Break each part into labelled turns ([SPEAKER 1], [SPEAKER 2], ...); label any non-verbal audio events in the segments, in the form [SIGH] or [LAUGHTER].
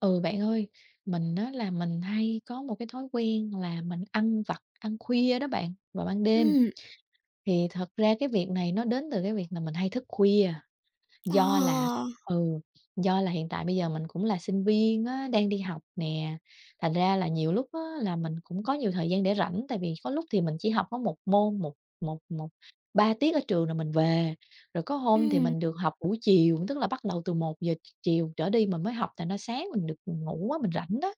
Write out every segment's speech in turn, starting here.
[SPEAKER 1] Ừ, bạn ơi, mình á là mình hay có một cái thói quen là mình ăn vặt, ăn khuya đó bạn, vào ban đêm.
[SPEAKER 2] Ừm.
[SPEAKER 1] Thì thật ra cái việc này nó đến từ cái việc là mình hay thức khuya.
[SPEAKER 2] Ờ.
[SPEAKER 1] Do là ừ, do là hiện tại bây giờ mình cũng là sinh viên á, đang đi học nè, thành ra là nhiều lúc á, là mình cũng có nhiều thời gian để rảnh, tại vì có lúc thì mình chỉ học có một môn, một một một 3 tiết ở trường rồi mình về, rồi có hôm thì
[SPEAKER 2] Ừm.
[SPEAKER 1] mình được học buổi chiều, tức là bắt đầu từ 1 giờ chiều trở đi mình mới học, thành nó sáng mình được ngủ á, mình rảnh đó,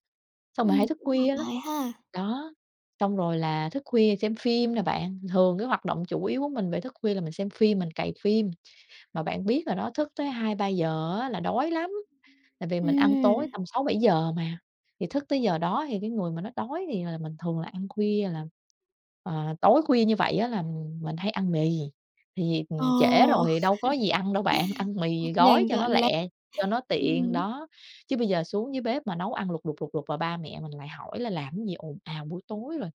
[SPEAKER 1] xong rồi hay thức
[SPEAKER 2] Cũng hợp
[SPEAKER 1] khuya lắm.
[SPEAKER 2] lý ha.
[SPEAKER 1] Đó, xong rồi là thức khuya xem phim nè bạn, thường cái hoạt động chủ yếu của mình về thức khuya là mình xem phim, mình cày phim. Mà bạn biết rồi đó, thức tới 2:00-3:00 á là đói lắm, tại vì mình ăn tối
[SPEAKER 2] Ừm.
[SPEAKER 1] tầm 6-7 giờ mà, thì thức tới giờ đó thì cái người mà nó đói thì là mình thường là ăn khuya là, tối khuya như vậy á là mình hay ăn mì, thì,
[SPEAKER 2] ờ
[SPEAKER 1] trễ rồi thì đâu có gì ăn đâu bạn, ăn mì gói
[SPEAKER 2] Nhanh
[SPEAKER 1] cho nó
[SPEAKER 2] gọn lẹ.
[SPEAKER 1] lẹ, cho nó tiện,
[SPEAKER 2] Ừm.
[SPEAKER 1] đó. Chứ bây giờ xuống dưới bếp mà nấu ăn lục đục, và ba mẹ mình lại hỏi là "Làm cái gì ồn ào buổi tối rồi?"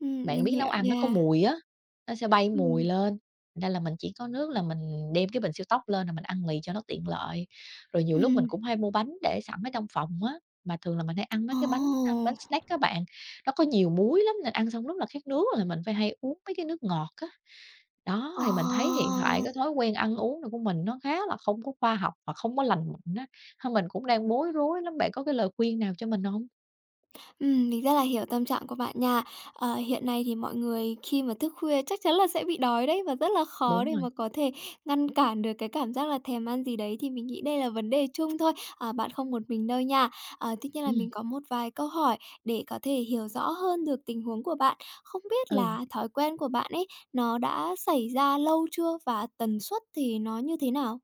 [SPEAKER 1] Bạn
[SPEAKER 2] Mình
[SPEAKER 1] biết nấu
[SPEAKER 2] hiểu
[SPEAKER 1] ăn nó có
[SPEAKER 2] nha.
[SPEAKER 1] mùi á, nó sẽ bay mùi
[SPEAKER 2] Ừm.
[SPEAKER 1] lên, thành ra là mình chỉ có nước là mình đem cái bình siêu tốc lên là mình ăn mì cho nó tiện lợi. Rồi nhiều lúc mình
[SPEAKER 2] Ừm.
[SPEAKER 1] cũng hay mua bánh để sẵn ở trong phòng á, mà thường là mình hay ăn mấy cái bánh,
[SPEAKER 2] Ồ.
[SPEAKER 1] bánh snack các bạn, nó có nhiều muối lắm nên ăn xong rất là khát nước, là mình phải hay uống mấy cái nước ngọt á. Đó,
[SPEAKER 2] Ờ.
[SPEAKER 1] thì mình thấy hiện tại cái thói quen ăn uống này của mình nó khá là không có khoa học và không có lành mạnh á, thôi mình cũng đang bối rối lắm, bạn có cái lời khuyên nào cho mình không?
[SPEAKER 2] Mình rất là hiểu tâm trạng của bạn nha. Hiện nay thì mọi người khi mà thức khuya chắc chắn là sẽ bị đói đấy, và rất là khó
[SPEAKER 1] Đúng
[SPEAKER 2] để
[SPEAKER 1] rồi.
[SPEAKER 2] mà có thể ngăn cản được cái cảm giác là thèm ăn gì đấy, thì mình nghĩ đây là vấn đề chung thôi, bạn không một mình đâu nha. Tuy nhiên là
[SPEAKER 1] Ừm.
[SPEAKER 2] mình có một vài câu hỏi để có thể hiểu rõ hơn được tình huống của bạn. Không biết
[SPEAKER 1] Ừ.
[SPEAKER 2] là thói quen của bạn ấy, nó đã xảy ra lâu chưa và tần suất thì nó như thế nào?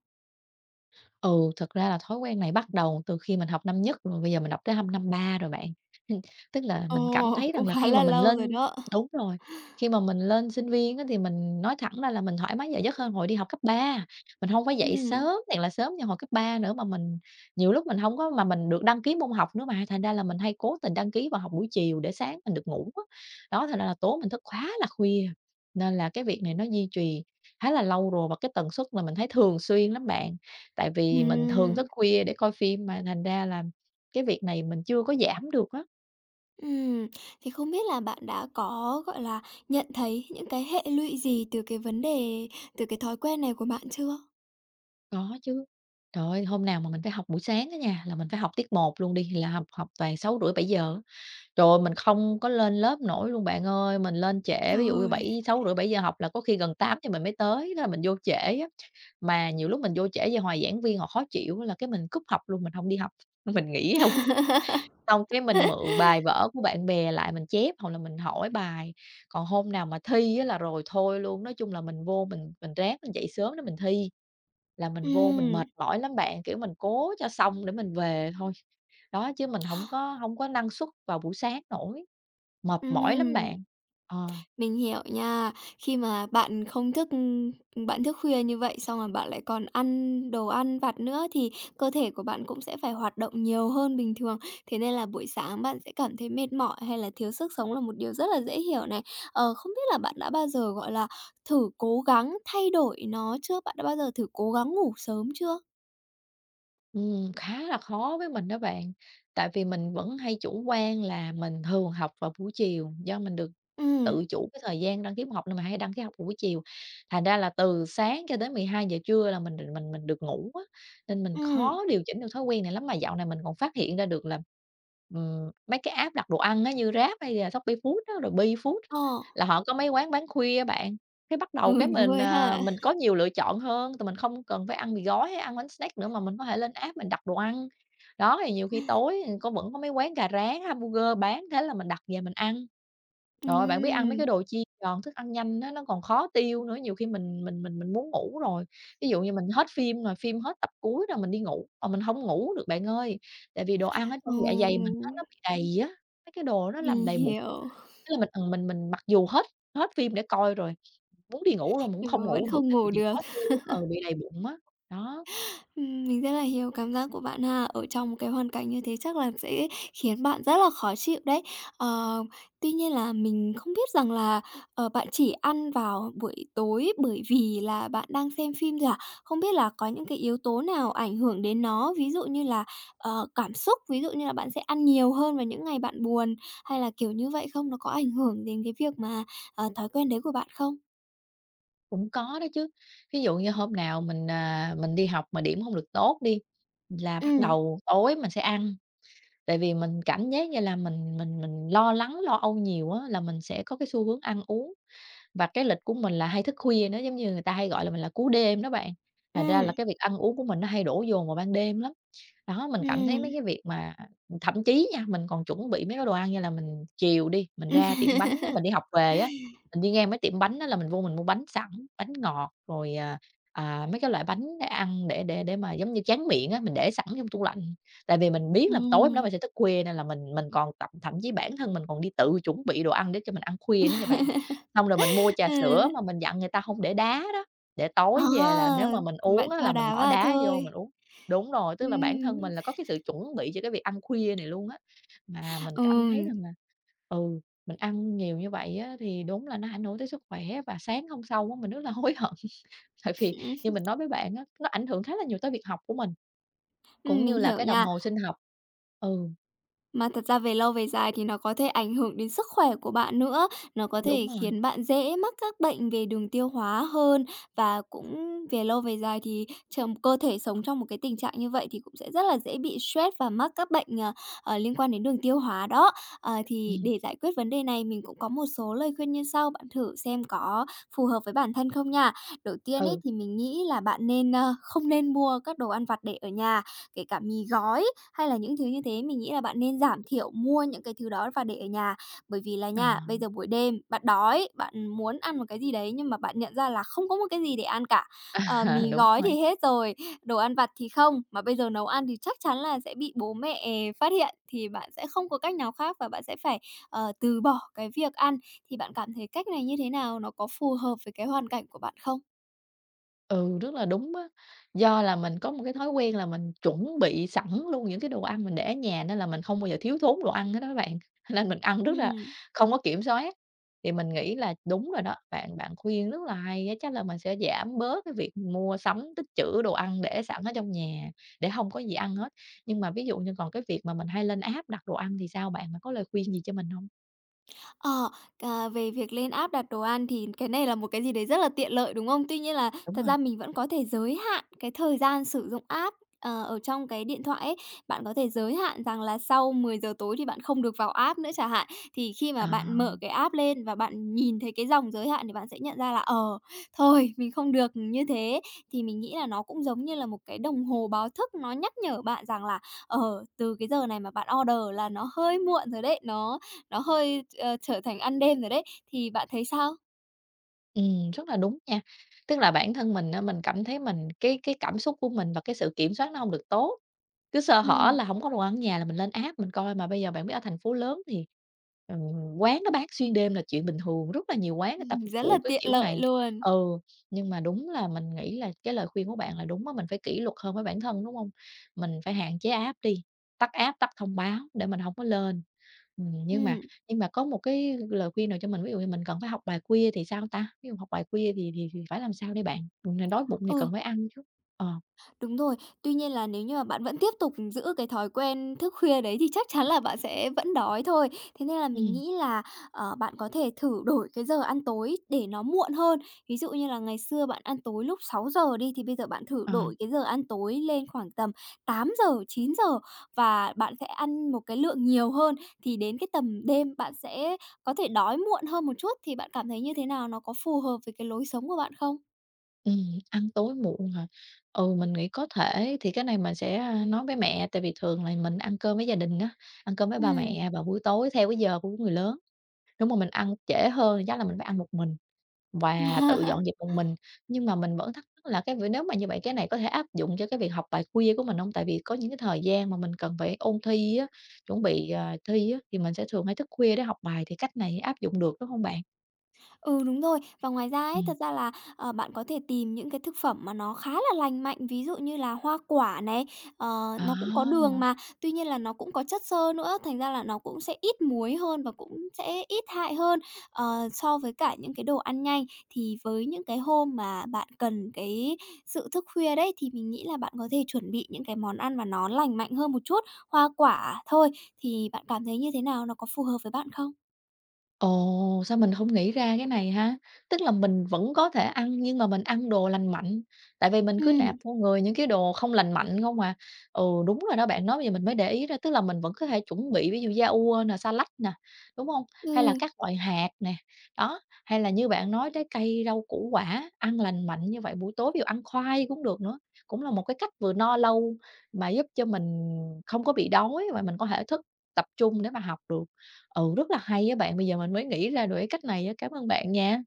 [SPEAKER 1] Ừ, thật ra là thói quen này bắt đầu từ khi mình học năm nhất rồi, bây giờ mình học tới năm ba rồi bạn. [LAUGHS] Tức là
[SPEAKER 2] Ồ,
[SPEAKER 1] mình cảm
[SPEAKER 2] [LAUGHS]
[SPEAKER 1] thấy rằng
[SPEAKER 2] cũng
[SPEAKER 1] là
[SPEAKER 2] khá
[SPEAKER 1] khi mà
[SPEAKER 2] là
[SPEAKER 1] mình
[SPEAKER 2] lâu rồi
[SPEAKER 1] lên.
[SPEAKER 2] đó.
[SPEAKER 1] Đúng rồi. Khi mà mình lên sinh viên á, thì mình nói thẳng ra là mình thoải mái giờ giấc hơn hồi đi học cấp ba. Mình không phải dậy
[SPEAKER 2] Ừm.
[SPEAKER 1] sớm thiệt là sớm như hồi cấp 3 nữa, mà mình nhiều lúc mình không có mà mình được đăng ký môn học nữa mà, thành ra là mình hay cố tình đăng ký vào học buổi chiều để sáng mình được ngủ á. Đó, thành ra là tối mình thức khá là khuya, nên là cái việc này nó duy trì khá là lâu rồi và cái tần suất là mình thấy thường xuyên lắm bạn. Tại vì mình thường thức
[SPEAKER 2] Ừm.
[SPEAKER 1] khuya để coi phim mà, thành ra là cái việc này mình chưa có giảm được á.
[SPEAKER 2] Ừm, thì không biết là bạn đã có, gọi là, nhận thấy những cái hệ lụy gì từ cái vấn đề từ cái thói quen này của bạn chưa?
[SPEAKER 1] Có chứ, trời ơi, hôm nào mà mình phải học buổi sáng á nha, là mình phải học tiết một luôn đi, là học học toàn 6:30-7:00 á. Trời ơi, mình không có lên lớp nổi luôn bạn ơi, mình lên trễ, ví dụ như
[SPEAKER 2] Trời!
[SPEAKER 1] 6:30-7:00 học là có khi gần 8 giờ mình mới tới, thế là mình vô trễ á. Mà nhiều lúc mình vô trễ về hoài giảng viên họ khó chịu là cái mình cúp học luôn, mình không đi học, [LAUGHS] mình nghỉ không.
[SPEAKER 2] [LAUGHS]
[SPEAKER 1] Xong cái mình mượn bài vở của bạn bè lại mình chép hoặc là mình hỏi bài, còn hôm nào mà thi á là rồi thôi luôn. Nói chung là mình vô mình ráng mình dậy sớm để mình thi, là mình vô mình
[SPEAKER 2] Ừm.
[SPEAKER 1] mệt mỏi lắm bạn, kiểu, mình cố cho xong để mình về thôi. Đó, chứ mình hổng có hông có năng suất vào buổi sáng nổi, mệt mỏi lắm
[SPEAKER 2] ừm.
[SPEAKER 1] bạn. Ờ.
[SPEAKER 2] Mình hiểu nha. Khi mà bạn không thức bạn thức khuya như vậy, xong rồi bạn lại còn ăn đồ ăn vặt nữa thì cơ thể của bạn cũng sẽ phải hoạt động nhiều hơn bình thường. Thế nên là buổi sáng bạn sẽ cảm thấy mệt mỏi hay là thiếu sức sống là một điều rất là dễ hiểu này. Không biết là bạn đã bao giờ, gọi là, thử cố gắng thay đổi nó chưa? Bạn đã bao giờ thử cố gắng ngủ sớm chưa?
[SPEAKER 1] Khá là khó với mình đó bạn, tại vì mình vẫn hay chủ quan là mình thường học vào buổi chiều, do mình được
[SPEAKER 2] Ừm.
[SPEAKER 1] tự chủ cái thời gian đăng ký học nên mình hay đăng ký học vào buổi chiều. Thành ra là từ sáng cho đến 12 giờ trưa là mình được ngủ á, nên mình
[SPEAKER 2] Ừm.
[SPEAKER 1] khó điều chỉnh được thói quen này lắm. Mà dạo này mình còn phát hiện ra được là, mấy cái app đặt đồ ăn á, như Grab hay là Shopee Food á, rồi Be Food á,
[SPEAKER 2] Ờ.
[SPEAKER 1] là họ có mấy quán bán khuya á bạn. Cái bắt đầu
[SPEAKER 2] Ừ,
[SPEAKER 1] cái
[SPEAKER 2] đúng
[SPEAKER 1] mình,
[SPEAKER 2] rồi ha.
[SPEAKER 1] mình có nhiều lựa chọn hơn, tụi mình không cần phải ăn mì gói hay ăn bánh snack nữa mà mình có thể lên app mình đặt đồ ăn. Đó, thì nhiều khi tối có vẫn có mấy quán gà rán, hamburger bán, thế là mình đặt về mình ăn. Rồi bạn biết ăn mấy
[SPEAKER 2] Ừm.
[SPEAKER 1] cái đồ chiên giòn, thức ăn nhanh á, nó còn khó tiêu nữa, nhiều khi mình muốn ngủ rồi. Ví dụ như mình hết phim rồi, phim hết tập cuối rồi mình đi ngủ, mà mình không ngủ được bạn ơi, tại vì đồ ăn ở trong
[SPEAKER 2] Ừ,
[SPEAKER 1] dạ dày mình á, nó bị đầy á, mấy cái đồ nó làm
[SPEAKER 2] mình
[SPEAKER 1] đầy bụng.
[SPEAKER 2] hiểu,
[SPEAKER 1] Thế là mình, mình mặc dù hết hết phim để coi rồi, muốn đi ngủ rồi mà cũng
[SPEAKER 2] nhưng
[SPEAKER 1] không
[SPEAKER 2] mà vẫn
[SPEAKER 1] ngủ được
[SPEAKER 2] không
[SPEAKER 1] tại vì
[SPEAKER 2] ngủ
[SPEAKER 1] bị
[SPEAKER 2] được.
[SPEAKER 1] khó tiêu á, bị đầy bụng á. Đó,
[SPEAKER 2] Mình rất là hiểu cảm giác của bạn ha. Ở trong một cái hoàn cảnh như thế chắc là sẽ khiến bạn rất là khó chịu đấy. Ờ, Tuy nhiên là mình không biết rằng là, bạn chỉ ăn vào buổi tối bởi vì là bạn đang xem phim thôi à? Không biết là có những cái yếu tố nào ảnh hưởng đến nó, ví dụ như là, cảm xúc, ví dụ như là bạn sẽ ăn nhiều hơn vào những ngày bạn buồn hay là kiểu như vậy không? Nó có ảnh hưởng đến cái việc mà, thói quen đấy của bạn không?
[SPEAKER 1] cũng có đó chứ. Ví dụ như hôm nào mình, mình đi học mà điểm hông được tốt đi, là
[SPEAKER 2] Ừ.
[SPEAKER 1] bắt đầu tối mình sẽ ăn, tại vì mình cảm giác như là mình lo lắng, lo âu nhiều á, là mình sẽ có cái xu hướng ăn uống. Và cái lịch của mình là hay thức khuya nữa, giống như người ta hay gọi là mình là cú đêm đó bạn, thành ra là
[SPEAKER 2] Ừ.
[SPEAKER 1] cái việc ăn uống của mình nó hay đổ dồn vào ban đêm lắm. Đó, mình cảm thấy mấy
[SPEAKER 2] Ừm.
[SPEAKER 1] cái việc mà thậm chí nha, mình còn chuẩn bị mấy cái đồ ăn như là mình chiều đi, mình ra tiệm bánh á, mình đi học về
[SPEAKER 2] Ừm.
[SPEAKER 1] á,
[SPEAKER 2] [LAUGHS]
[SPEAKER 1] mình đi ngang mấy tiệm bánh á là mình vô mình mua bánh sẵn, bánh ngọt rồi, mấy cái loại bánh để ăn để mà giống như tráng miệng á, mình để sẵn trong tủ lạnh. Tại vì mình biết là tối hôm đó mình sẽ thức khuya nên là mình còn tập thậm chí bản thân mình còn đi tự chuẩn bị đồ ăn để cho mình ăn khuya nữa nha bạn.
[SPEAKER 2] [LAUGHS]
[SPEAKER 1] Xong rồi mình mua trà sữa
[SPEAKER 2] Ừm.
[SPEAKER 1] mà mình dặn người ta không để đá đó, để tối về là
[SPEAKER 2] Ờ,
[SPEAKER 1] nếu mà mình
[SPEAKER 2] Bạn
[SPEAKER 1] uống á là
[SPEAKER 2] cho
[SPEAKER 1] mình
[SPEAKER 2] đá
[SPEAKER 1] bỏ
[SPEAKER 2] vào
[SPEAKER 1] đá vô
[SPEAKER 2] thôi.
[SPEAKER 1] mình uống. Đúng rồi, tức là bản thân
[SPEAKER 2] Ừm.
[SPEAKER 1] mình là có cái sự chuẩn bị cho cái việc ăn khuya này luôn á. Mà mình cảm thấy
[SPEAKER 2] Ừm.
[SPEAKER 1] rằng là, ừ, mình ăn nhiều như vậy á thì đúng là nó ảnh hưởng tới sức khỏe và sáng hôm sau á mình rất là hối hận. [LAUGHS] Tại vì như
[SPEAKER 2] Ừm.
[SPEAKER 1] mình nói với bạn á, nó ảnh hưởng khá là nhiều tới việc học của mình, cũng như
[SPEAKER 2] Mình
[SPEAKER 1] là
[SPEAKER 2] hiểu
[SPEAKER 1] cái đồng
[SPEAKER 2] nha.
[SPEAKER 1] hồ sinh học. Ừ,
[SPEAKER 2] Mà thật ra về lâu về dài thì nó có thể ảnh hưởng đến sức khỏe của bạn nữa, nó có
[SPEAKER 1] đúng
[SPEAKER 2] thể
[SPEAKER 1] rồi.
[SPEAKER 2] khiến bạn dễ mắc các bệnh về đường tiêu hóa hơn và cũng về lâu về dài thì trầm cơ thể sống trong một cái tình trạng như vậy thì cũng sẽ rất là dễ bị stress và mắc các bệnh, liên quan đến đường tiêu hóa đó. Thì
[SPEAKER 1] Ừm.
[SPEAKER 2] để giải quyết vấn đề này mình cũng có một số lời khuyên như sau, bạn thử xem có phù hợp với bản thân không nha. Đầu tiên ấy
[SPEAKER 1] Ừ.
[SPEAKER 2] thì mình nghĩ là bạn không nên mua các đồ ăn vặt để ở nhà, kể cả mì gói hay là những thứ như thế, mình nghĩ là bạn nên giảm thiểu mua những cái thứ đó và để ở nhà. Bởi vì là
[SPEAKER 1] Ờ.
[SPEAKER 2] nha, bây giờ buổi đêm bạn đói, bạn muốn ăn một cái gì đấy nhưng mà bạn nhận ra là không có một cái gì để ăn cả.
[SPEAKER 1] [LAUGHS]
[SPEAKER 2] Mì
[SPEAKER 1] Đúng
[SPEAKER 2] gói
[SPEAKER 1] rồi.
[SPEAKER 2] thì hết rồi, đồ ăn vặt thì không, mà bây giờ nấu ăn thì chắc chắn là sẽ bị bố mẹ phát hiện, thì bạn sẽ không có cách nào khác và bạn sẽ phải, từ bỏ cái việc ăn. Thì bạn cảm thấy cách này như thế nào? Nó có phù hợp với cái hoàn cảnh của bạn không?
[SPEAKER 1] Ừ, rất là đúng á. Do là mình có một cái thói quen là mình chuẩn bị sẵn luôn những cái đồ ăn mình để ở nhà nên là mình không bao giờ thiếu thốn đồ ăn hết á bạn, [LAUGHS] nên mình ăn rất là
[SPEAKER 2] Ừm.
[SPEAKER 1] không có kiểm soát. Thì mình nghĩ là đúng rồi đó, bạn bạn khuyên rất là hay á, chắc là mình sẽ giảm bớt cái việc mua sắm tích trữ đồ ăn để sẵn ở trong nhà, để không có gì ăn hết. Nhưng mà ví dụ như còn cái việc mà mình hay lên app đặt đồ ăn thì sao bạn? Bạn có lời khuyên gì cho mình không?
[SPEAKER 2] Ờ, Về việc lên app đặt đồ ăn thì cái này là một cái gì đấy rất là tiện lợi, đúng không? Tuy nhiên là
[SPEAKER 1] Đúng
[SPEAKER 2] thật
[SPEAKER 1] rồi.
[SPEAKER 2] ra mình vẫn có thể giới hạn cái thời gian sử dụng app, ở trong cái điện thoại ấy. Bạn có thể giới hạn rằng là sau 10 giờ tối thì bạn không được vào app nữa chẳng hạn. Thì khi
[SPEAKER 1] Ờ.
[SPEAKER 2] mà bạn mở cái app lên và bạn nhìn thấy cái dòng giới hạn thì bạn sẽ nhận ra là, thôi mình không được như thế. Thì mình nghĩ là nó cũng giống như là một cái đồng hồ báo thức nó nhắc nhở bạn rằng là, từ cái giờ này mà bạn order là nó hơi muộn rồi đấy, nó hơi, trở thành ăn đêm rồi đấy, thì bạn thấy sao?
[SPEAKER 1] Rất là đúng nha. Tức là bản thân mình á, mình cảm thấy mình cái cảm xúc của mình và cái sự kiểm soát nó không được tốt, cứ sơ hở
[SPEAKER 2] Ừm.
[SPEAKER 1] là không có đồ ăn ở nhà là mình lên app mình coi, mà bây giờ bạn biết ở thành phố lớn thì, quán nó bán xuyên đêm là chuyện bình thường, rất là nhiều quán người ta phục
[SPEAKER 2] [LAUGHS] Rất là
[SPEAKER 1] vụ cái
[SPEAKER 2] tiện
[SPEAKER 1] kiểu
[SPEAKER 2] lợi
[SPEAKER 1] này.
[SPEAKER 2] luôn.
[SPEAKER 1] Ừ, nhưng mà đúng là mình nghĩ là cái lời khuyên của bạn là đúng á, mình phải kỷ luật hơn với bản thân, đúng không? Mình phải hạn chế app đi, tắt app, tắt thông báo để mình không có lên. Ừm, nhưng mà
[SPEAKER 2] Ừm.
[SPEAKER 1] nhưng mà có một cái lời khuyên nào cho mình, ví dụ như mình cần phải học bài khuya thì sao ta? Ví dụ học bài khuya thì phải làm sao đây bạn? Đói bụng thì
[SPEAKER 2] Ừ.
[SPEAKER 1] cần phải ăn chứ. Ờ,
[SPEAKER 2] Đúng rồi. Tuy nhiên là nếu như mà bạn vẫn tiếp tục giữ cái thói quen thức khuya đấy thì chắc chắn là bạn sẽ vẫn đói thôi. Thế nên là mình
[SPEAKER 1] ừm,
[SPEAKER 2] nghĩ là, bạn có thể thử đổi cái giờ ăn tối để nó muộn hơn. Ví dụ như là ngày xưa bạn ăn tối lúc 6 giờ đi, thì bây giờ bạn thử
[SPEAKER 1] ờ,
[SPEAKER 2] đổi cái giờ ăn tối lên khoảng tầm 8 giờ 9 giờ và bạn sẽ ăn một cái lượng nhiều hơn, thì đến cái tầm đêm bạn sẽ có thể đói muộn hơn một chút. Thì bạn cảm thấy như thế nào? Nó có phù hợp với cái lối sống của bạn không?
[SPEAKER 1] ừm, ăn tối muộn hả? Ừ, mình nghĩ có thể thì cái này mình sẽ, a, nói với mẹ, tại vì thường là mình ăn cơm với gia đình á, ăn cơm với ba
[SPEAKER 2] Ừm.
[SPEAKER 1] mẹ vào buổi tối theo cái giờ của người lớn. Nếu mà mình ăn trễ hơn thì chắc là mình phải ăn một mình, và tự dọn dẹp
[SPEAKER 2] [LAUGHS]
[SPEAKER 1] một mình. Nhưng mà mình vẫn thắc mắc là cái việc nếu mà như vậy cái này có thể áp dụng cho cái việc học bài khuya của mình không? Tại vì có những cái thời gian mà mình cần phải ôn thi á, chuẩn bị, thi á, thì mình sẽ thường hay thức khuya để học bài, thì cách này áp dụng được, đúng không bạn?
[SPEAKER 2] Ừ, đúng rồi. Và ngoài ra ấy,
[SPEAKER 1] Ừm.
[SPEAKER 2] thật ra là, bạn có thể tìm những cái thực phẩm mà nó khá là lành mạnh, ví dụ như là hoa quả này, nó cũng có đường
[SPEAKER 1] À!
[SPEAKER 2] mà, tuy nhiên là nó cũng có chất xơ nữa, thành ra là nó cũng sẽ ít muối hơn và cũng sẽ ít hại hơn, so với cả những cái đồ ăn nhanh. Thì với những cái hôm mà bạn cần cái sự thức khuya đấy, thì mình nghĩ là bạn có thể chuẩn bị những cái món ăn mà nó lành mạnh hơn một chút, hoa quả thôi, thì bạn cảm thấy như thế nào? Nó có phù hợp với bạn không?
[SPEAKER 1] Ồ, sao mình không nghĩ ra cái này ha? Tức là mình vẫn có thể ăn nhưng mà mình ăn đồ lành mạnh, tại vì mình cứ nạp
[SPEAKER 2] Ừm.
[SPEAKER 1] vô người những cái đồ không lành mạnh không à. Ừ, đúng rồi đó, bạn nói bây giờ mình mới để ý ra, tức là mình vẫn có thể chuẩn bị ví dụ da ua nè, xà lách nè, đúng không? Hay là
[SPEAKER 2] Ừ.
[SPEAKER 1] các loại hạt nè, đó, hay là như bạn nói trái cây, rau củ quả, ăn lành mạnh như vậy buổi tối, ví dụ ăn khoai cũng được nữa, cũng là một cái cách vừa no lâu mà giúp cho mình không có bị đói và mình có thể thức tập trung để mà học được. Ừ, rất là hay á bạn, bây giờ mình mới nghĩ ra được cái cách này á, cám ơn bạn nha.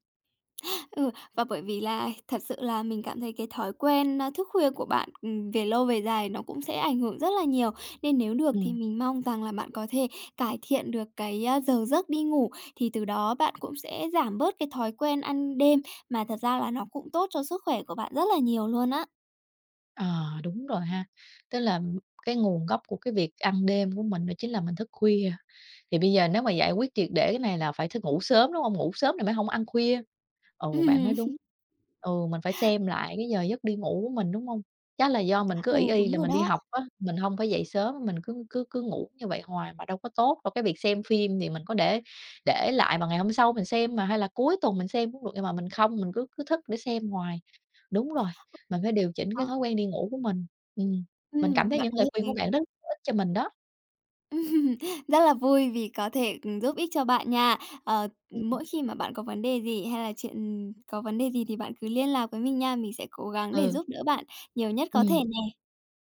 [SPEAKER 2] Ừ, và bởi vì là thật sự là mình cảm thấy cái thói quen, thức khuya của bạn, về lâu về dài nó cũng sẽ ảnh hưởng rất là nhiều, nên nếu được thì
[SPEAKER 1] Ừm.
[SPEAKER 2] mình mong rằng là bạn có thể cải thiện được cái, giờ giấc đi ngủ, thì từ đó bạn cũng sẽ giảm bớt cái thói quen ăn đêm, mà thật ra là nó cũng tốt cho sức khỏe của bạn rất là nhiều luôn á.
[SPEAKER 1] Ờ, đúng rồi ha, tức là cái nguồn gốc của cái việc ăn đêm của mình đó chính là mình thức khuya, thì bây giờ nếu mà giải quyết triệt để cái này là phải thức ngủ sớm, đúng không? Ngủ sớm thì mới không ăn khuya. Ừ, bạn nói đúng.
[SPEAKER 2] [LAUGHS]
[SPEAKER 1] Ừ, mình phải xem lại cái giờ giấc đi ngủ của mình, đúng không? Chắc là do mình cứ
[SPEAKER 2] Ừ,
[SPEAKER 1] ỷ y
[SPEAKER 2] đúng
[SPEAKER 1] là
[SPEAKER 2] rồi
[SPEAKER 1] mình đi
[SPEAKER 2] đó.
[SPEAKER 1] học á, mình không phải dậy sớm, mình cứ cứ cứ ngủ như vậy hoài mà đâu có tốt đâu. Cái việc xem phim thì mình có để lại mà ngày hôm sau mình xem mà, hay là cuối tuần mình xem cũng được, nhưng mà mình không, mình cứ cứ thức để xem hoài. Đúng rồi, mình phải điều chỉnh
[SPEAKER 2] Ờ,
[SPEAKER 1] cái thói quen đi ngủ của mình. Ừm, mình cảm thấy
[SPEAKER 2] Bạn
[SPEAKER 1] những
[SPEAKER 2] có
[SPEAKER 1] lời khuyên của bạn
[SPEAKER 2] thể
[SPEAKER 1] rất hữu ích cho mình đó.
[SPEAKER 2] [LAUGHS] Ừm, Rất là vui vì có thể, giúp ích cho bạn nha.
[SPEAKER 1] Ừm,
[SPEAKER 2] Mỗi khi mà bạn có vấn đề gì hay là chuyện có vấn đề gì thì bạn cứ liên lạc với mình nha, mình sẽ cố gắng để
[SPEAKER 1] ừ,
[SPEAKER 2] giúp đỡ bạn nhiều nhất có thể nè.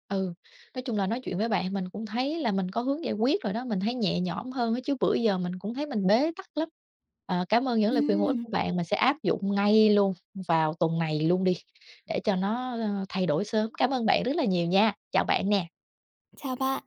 [SPEAKER 1] Ừ, nói chung là nói chuyện với bạn mình cũng thấy là mình có hướng giải quyết rồi đó, mình thấy nhẹ nhõm hơn á, chứ bữa giờ mình cũng thấy mình bế tắc lắm. Ờ, cảm ơn những lời khuyên hữu ích
[SPEAKER 2] Ừm,
[SPEAKER 1] của bạn, mình sẽ áp dụng ngay luôn vào tuần này luôn đi, để cho nó, thay đổi sớm. Cảm ơn bạn rất là nhiều nha. Chào bạn nè.
[SPEAKER 2] Chào bạn.